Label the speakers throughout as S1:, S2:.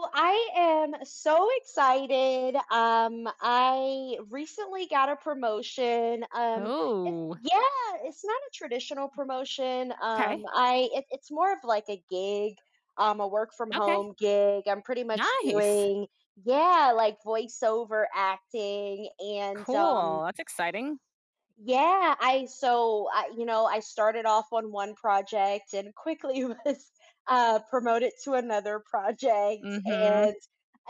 S1: Well, I am so excited. I recently got a promotion.
S2: Oh,
S1: Yeah, it's not a traditional promotion.
S2: okay.
S1: It's more of like a gig, a work from
S2: Okay.
S1: home gig. I'm pretty much
S2: Nice.
S1: doing yeah, like voiceover acting and
S2: Cool. That's exciting.
S1: yeah, I so I, you know, I started off on one project and quickly was promoted to another project.
S2: Mhm.
S1: And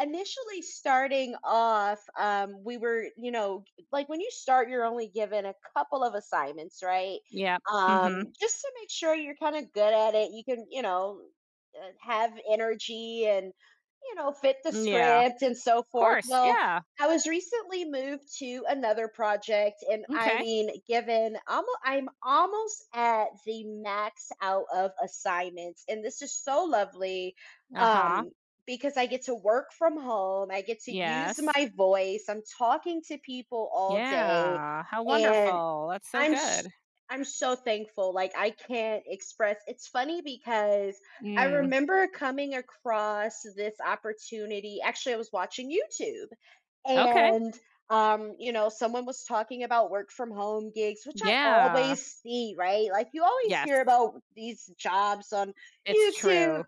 S1: initially, starting off, we were, you know, like when you start, you're only given a couple of assignments, right?
S2: Yep. Mhm.
S1: Um, just to make sure you're kind of good at it. You can, you know, have energy and, you know, fit the
S2: Yeah. Of
S1: script and so forth.
S2: course.
S1: Well,
S2: Yeah.
S1: I was recently moved to another project, and I
S2: Okay.
S1: mean, given almo I'm almost at the max out of assignments, and this is so lovely,
S2: Uh-huh.
S1: um, because I get to work from home, I get to use
S2: Yes.
S1: my voice, I'm talking to people all day,
S2: Yeah. How
S1: and
S2: wonderful. That's so
S1: I'm i
S2: good.
S1: I'm so thankful, like, I can't express it's funny because I
S2: Mm.
S1: remember coming across this opportunity actually, I was watching YouTube,
S2: Okay.
S1: and, you know, someone was talking about work from home gigs, which I
S2: Yeah.
S1: always see, right? Like, you always
S2: Yes.
S1: hear about these jobs on
S2: It's
S1: YouTube, and
S2: true.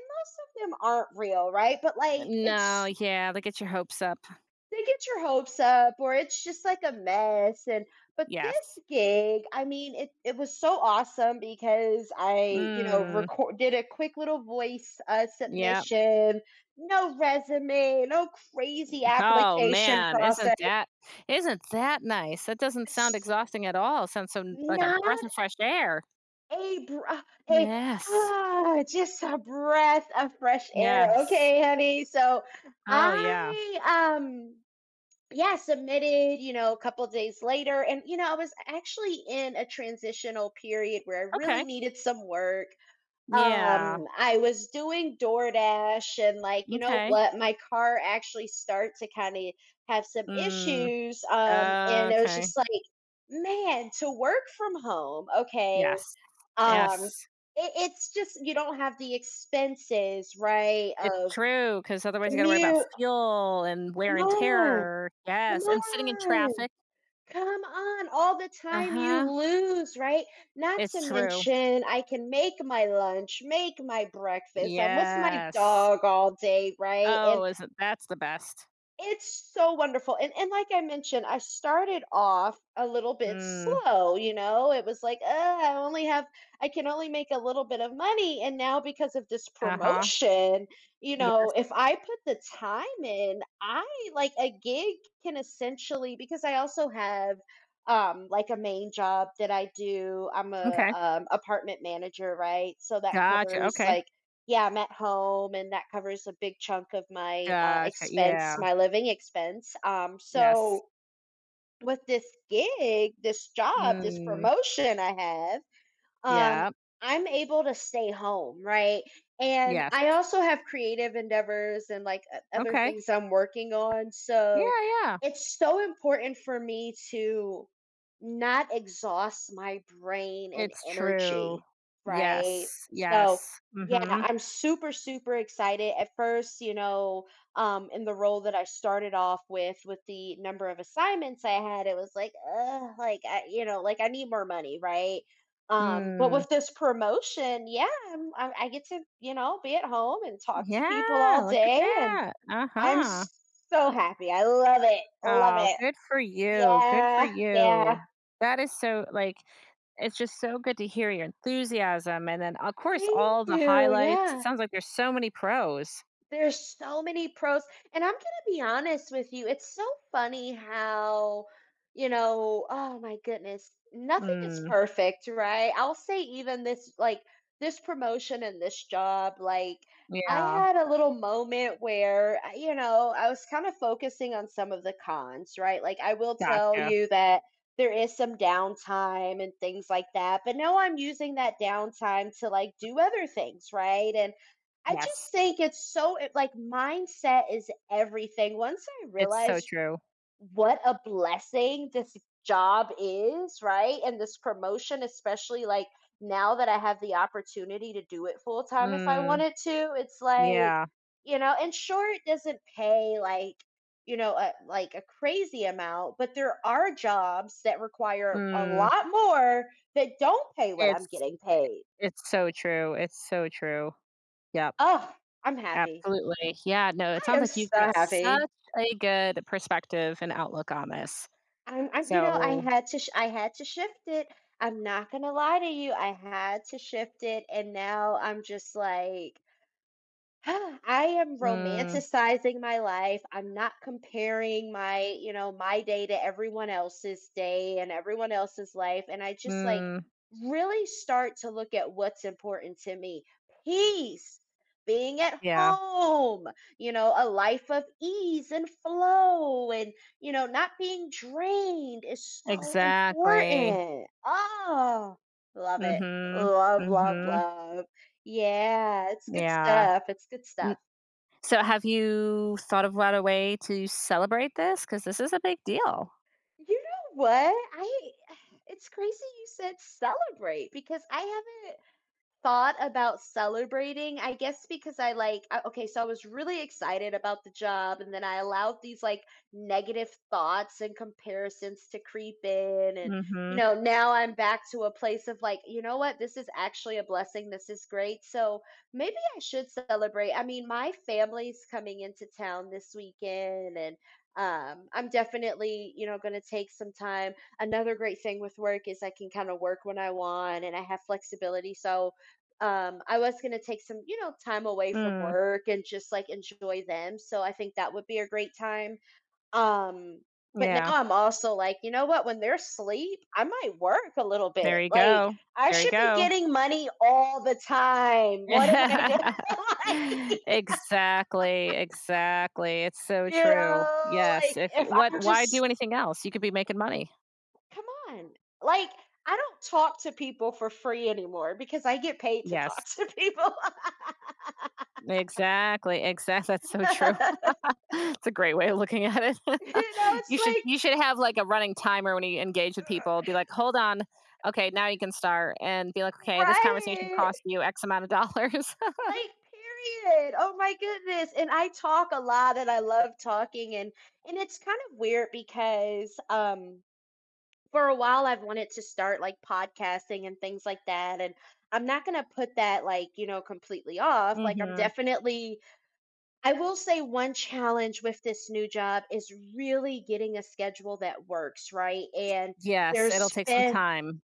S1: most of them aren't real, right? But, like,
S2: No,
S1: it's
S2: yeah, they get your hopes up.
S1: they get your hopes up or it's just like a mess and but this
S2: Yes.
S1: gig I mean it was so awesome because I you know
S2: Mm.
S1: record did a quick little voice
S2: Yeah.
S1: submission no resume no crazy
S2: Oh
S1: application
S2: man,
S1: process
S2: isn't that nice? That doesn't sound exhausting at all. Sounds so like a breath
S1: not
S2: of fresh air.
S1: a br- uh, a
S2: Yes.
S1: ah, just a breath of fresh air
S2: Yes.
S1: okay honey so
S2: Oh yeah.
S1: I yeah, submitted, you know, a couple of days later. And, you know, I was actually in a transitional period where I
S2: Okay.
S1: really needed some work.
S2: Yeah.
S1: I was doing DoorDash and like, you know
S2: Okay.
S1: what, my car actually started to kind of have some
S2: Mm.
S1: issues. And it was
S2: Okay.
S1: just like, man, to work from home, okay.
S2: Yes.
S1: Um,
S2: Yes.
S1: it's just you don't have the expenses, right?
S2: It's
S1: Of
S2: true because otherwise you got to worry about
S1: commute.
S2: fuel and wear
S1: Come
S2: and
S1: on,
S2: tear.
S1: come
S2: Yes, and sitting in
S1: on.
S2: traffic.
S1: Come on, all the
S2: Uh
S1: time you
S2: huh.
S1: lose, right? Not to
S2: It's true.
S1: mention, I can make my lunch, make my breakfast. I'm with my
S2: Yes.
S1: dog all day, right? And
S2: Oh, isn't that's the best?
S1: it's so wonderful, and like I mentioned, I started off a little bit
S2: Mm.
S1: slow, you know? It was like, I only have I can only make a little bit of money," and now because of this
S2: Uh huh.
S1: promotion, you
S2: Yeah.
S1: know, if I put the time in, I like, a gig can essentially because I also have, like, a main job that I do. I'm a,
S2: Okay.
S1: um, apartment manager, right? So that
S2: Gotcha,
S1: covers,
S2: okay.
S1: like yeah, I'm at home, and that covers a big chunk of my,
S2: Gotcha,
S1: expense,
S2: yeah,
S1: my living expense,
S2: yes.
S1: so with this gig, this job, this
S2: Mm,
S1: promotion I have, um
S2: yeah,
S1: I'm able to stay home, right? And
S2: yes,
S1: I also have creative endeavors and like other
S2: okay.
S1: things I'm working on.
S2: Yeah,
S1: So
S2: yeah,
S1: it's so important for me to not exhaust my brain and
S2: it's true.
S1: energy,
S2: Yes,
S1: right? So
S2: yes,
S1: yeah,
S2: mhm,
S1: I'm super super excited. At first, you know, in the role that I started off with the number of assignments I had, it was like I, you know, like I need more money, right? But
S2: mm,
S1: with this promotion, yeah, I get to, you know, be at home and talk to
S2: yeah,
S1: people all
S2: look at
S1: day, and
S2: that,
S1: I'm
S2: uh-huh.
S1: s- so happy. I love it. Love
S2: Oh,
S1: it.
S2: good for you, good for
S1: Yeah,
S2: you.
S1: yeah.
S2: That is so like, it's just so good to hear your enthusiasm, and then, of course,
S1: Thank
S2: all the
S1: you.
S2: highlights, it
S1: Yeah.
S2: sounds like there's so many pros.
S1: There's so many pros, and I'm gonna be honest with you, it's so funny how, you know, oh my goodness, nothing is
S2: Mm,
S1: perfect, right? I'll say even this, like this promotion and this job, like I
S2: yeah,
S1: had a little moment where, you know, I was kind of focusing on some of the cons, right? Like I will tell
S2: gotcha,
S1: you that there is some downtime and things like that, but no, I'm using that downtime to like do other things, right? And I
S2: yes,
S1: just think it's so like mindset is everything. Once I
S2: it's so
S1: realized
S2: true.
S1: what a blessing this job is, right? And this promotion, especially like now that I have the opportunity to do it full time if I
S2: Mm,
S1: wanted to, it's like,
S2: yeah.
S1: you know, and sure, it doesn't pay like, you know, like a crazy amount, but there are jobs that require a
S2: Mm,
S1: lot more that don't pay what I'm
S2: it's
S1: getting
S2: eh,
S1: paid.
S2: it's so true, it's so true. Yep,
S1: Oh, I'm happy.
S2: absolutely. Yeah, no, it
S1: I
S2: sounds
S1: am
S2: like you've got
S1: so happy.
S2: such a good perspective and outlook on this.
S1: I'm You know,
S2: So
S1: I had to shift it. I'm not gonna lie to you. I had to shift it, and now I'm just like I am
S2: mm,
S1: romanticizing my life. I'm not comparing my, you know, my day to everyone else's day and everyone else's life. And I just like
S2: mm,
S1: really start to look at what's important to me. Peace, being at
S2: yeah,
S1: home, you know, a life of ease and flow and, you know, not being drained is so
S2: exactly.
S1: important. Oh, love it.
S2: Mhm,
S1: Love, love,
S2: mhm,
S1: love. Yeah, it's good
S2: yeah.
S1: stuff. It's good
S2: N
S1: stuff.
S2: so have you thought of what a way to celebrate this? Because this is a big deal.
S1: You know what? I it's crazy you said celebrate because I haven't thought about celebrating, I guess because I like okay, so I was really excited about the job and then I allowed these like negative thoughts and comparisons to creep in and you
S2: Mhm,
S1: know, now I'm back to a place of like, you know what, this is actually a blessing. This is great. So maybe I should celebrate. I mean, my family's coming into town this weekend and I'm definitely, you know, going to take some time. Another great thing with work is I can kind of work when I want and I have flexibility. So, I was going to take some, you know, time away from
S2: mm,
S1: work and just like enjoy them. So I think that would be a great time. Um, but now
S2: yeah,
S1: I'm also like, you know what? When they're asleep, I might work a little
S2: there
S1: bit.
S2: you
S1: Like,
S2: go,
S1: I
S2: there you
S1: should be
S2: go.
S1: getting money all the time. What am I doing? like,
S2: Exactly, exactly. It's so
S1: you
S2: true.
S1: know,
S2: Yes,
S1: like
S2: if
S1: if
S2: you what
S1: I'm
S2: why do
S1: just,
S2: anything else? You could be making money.
S1: come on. Like, I don't talk to people for free anymore because I get paid to talk
S2: Yes.
S1: to people.
S2: Exactly, exactly. That's so
S1: you
S2: true.
S1: know,
S2: It's a great way of looking at it.
S1: it's like,
S2: You should have, like, a running timer when you engage with people, be like, "Hold on. Okay, now you can start," and be like, "Okay, this conversation
S1: right.
S2: cost you X amount of dollars."
S1: Like, period. Oh my goodness. And I talk a lot and I love talking and it's kind of weird because for a while I've wanted to start like podcasting and things like that and I'm not going to put that like, you know, completely off. Like I'm
S2: Mhm.
S1: definitely I will say one challenge with this new job is really getting a schedule that works, right? And
S2: Yes, it'll
S1: there's
S2: take some
S1: been.
S2: time.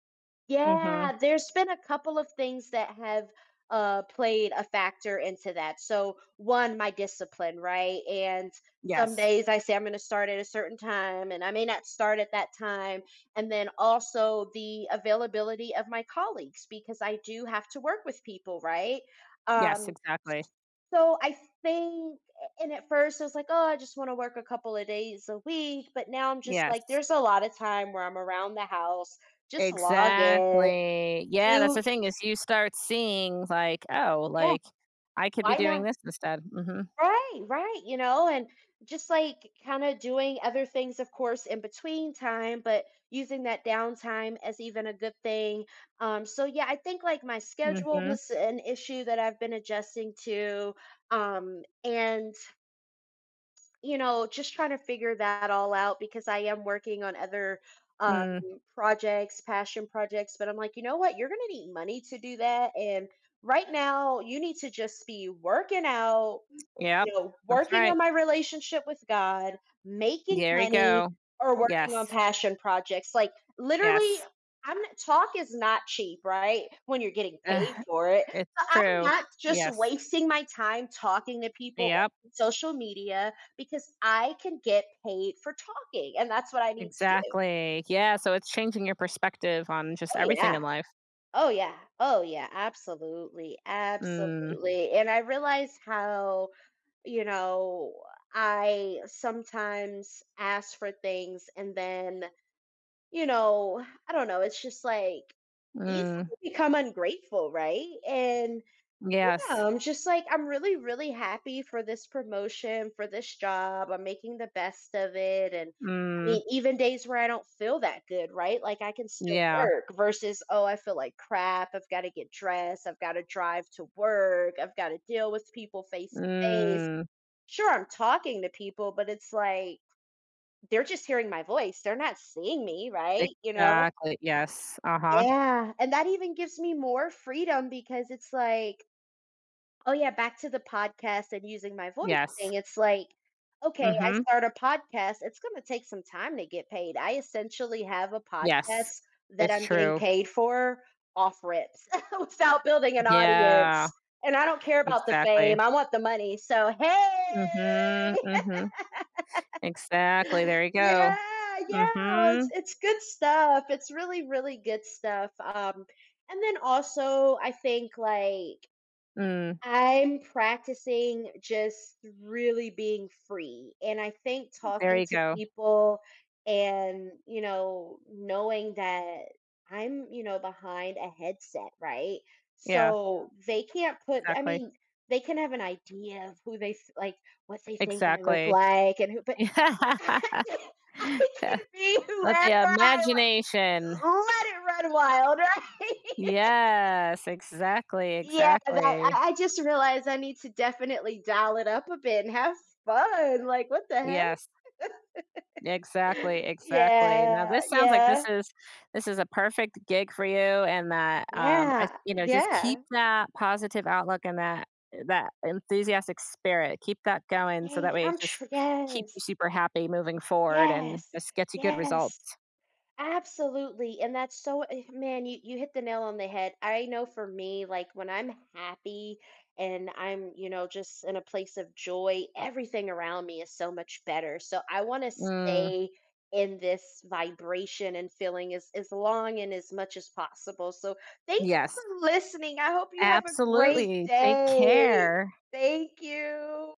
S2: Mhm.
S1: Yeah, there's been a couple of things that have played a factor into that. So, one, my discipline, right? And some
S2: Yes.
S1: days I say I'm going to start at a certain time, and I may not start at that time. And then also the availability of my colleagues, because I do have to work with people, right?
S2: Yes,
S1: Um,
S2: exactly.
S1: so, I think, and at first I was like, oh, I just want to work a couple of days a week. But now I'm just
S2: Yes.
S1: like, there's a lot of time where I'm around the house just log in
S2: Exactly. Yeah, that's
S1: do
S2: the thing is you start seeing like, oh,
S1: yeah,
S2: like I could be
S1: why
S2: doing
S1: not?
S2: this instead. Mhm.
S1: Right, right, you know, and just like kind of doing other things, of course, in between time, but using that downtime as even a good thing. So yeah, I think like my schedule
S2: Mhm.
S1: was an issue that I've been adjusting to. And you know, just trying to figure that all out because I am working on other um,
S2: Mm.
S1: projects, passion projects. But I'm like, you know what? You're going to need money to do that. And right now, you need to just be working out,
S2: Yep.
S1: you know,
S2: That's
S1: working
S2: right.
S1: on my relationship with God, making
S2: There you
S1: money,
S2: go.
S1: or working
S2: Yes.
S1: on passion projects. Like literally,
S2: Yes.
S1: I'm not, talk is not cheap, right? When you're getting paid
S2: Ugh,
S1: for it.
S2: it's
S1: So I'm
S2: true.
S1: not just
S2: Yes.
S1: wasting my time talking to people
S2: Yep.
S1: on social media because I can get paid for talking, and that's what I need to do.
S2: Exactly. Yeah, so it's changing your perspective on just
S1: Oh
S2: everything in
S1: yeah.
S2: life.
S1: Oh yeah. Oh yeah, absolutely.
S2: Mm.
S1: Absolutely. And I realize how you know, I sometimes ask for things and then, you know, I don't know, it's just like
S2: Mm.
S1: easily become ungrateful, right? And
S2: Yes.
S1: yeah, I'm just like, I'm really, really happy for this promotion, for this job. I'm making the best of it. And I
S2: Mm.
S1: mean, even days where I don't feel that good, right? Like I can still
S2: Yeah.
S1: work versus, oh, I feel like crap. I've got to get dressed. I've got to drive to work. I've got to deal with people face to face
S2: Mm.
S1: sure, I'm talking to people, but it's like they're just hearing my voice. They're not seeing me, right? You know?
S2: Exactly. Yes. Uh-huh.
S1: Yeah. And that even gives me more freedom because it's like, oh, yeah, back to the podcast and using my voice
S2: Yes.
S1: thing. It's like, okay, I
S2: Mhm.
S1: start a podcast. It's going to take some time to get paid. I essentially have a podcast
S2: Yes,
S1: that
S2: it's
S1: I'm getting
S2: true.
S1: paid for off rips without building an
S2: Yeah,
S1: audience. And I don't care about the
S2: exactly.
S1: fame. I want the money. So, hey.
S2: Mhm, mhm. Exactly, there you go.
S1: Yeah, yeah, it's
S2: Mhm,
S1: it's good stuff. It's really, really good stuff. And then also I think like
S2: mm,
S1: I'm practicing just really being free. And I think
S2: there
S1: talking
S2: you
S1: to
S2: go.
S1: people and, you know, knowing that I'm, you know, behind a headset, right?
S2: Yeah,
S1: So they can't put, I
S2: exactly,
S1: mean, they can have an idea of who like, what they think I look
S2: exactly.
S1: like, and who, but I can be
S2: Let the
S1: whoever I
S2: imagination.
S1: want. Let it run wild, right?
S2: Yes, exactly,
S1: yeah, that
S2: exactly.
S1: I, I just realized I need to definitely dial it up a bit and have fun. Like, what the heck?
S2: Yes. Exactly, exactly. Now
S1: Yeah,
S2: this sounds like
S1: yeah,
S2: this is a perfect gig for you and that, I
S1: yeah,
S2: you know, just keep
S1: yeah.
S2: that positive outlook and that enthusiastic spirit. Keep that going so that
S1: Hey,
S2: way it just keeps you
S1: yes,
S2: super happy moving forward and
S1: yes,
S2: just gets you good
S1: yes.
S2: results.
S1: Absolutely, and that's so eh, man, you hit the nail on the head. I know for me, like when I'm happy and I'm, you know, just in a place of joy, everything around me is so much better. So I want to
S2: Mm,
S1: stay in this vibration and feeling as long and as much as possible. So thank you
S2: yes.
S1: for listening. I hope you have a great
S2: Absolutely. Take
S1: day.
S2: care.
S1: Thank you.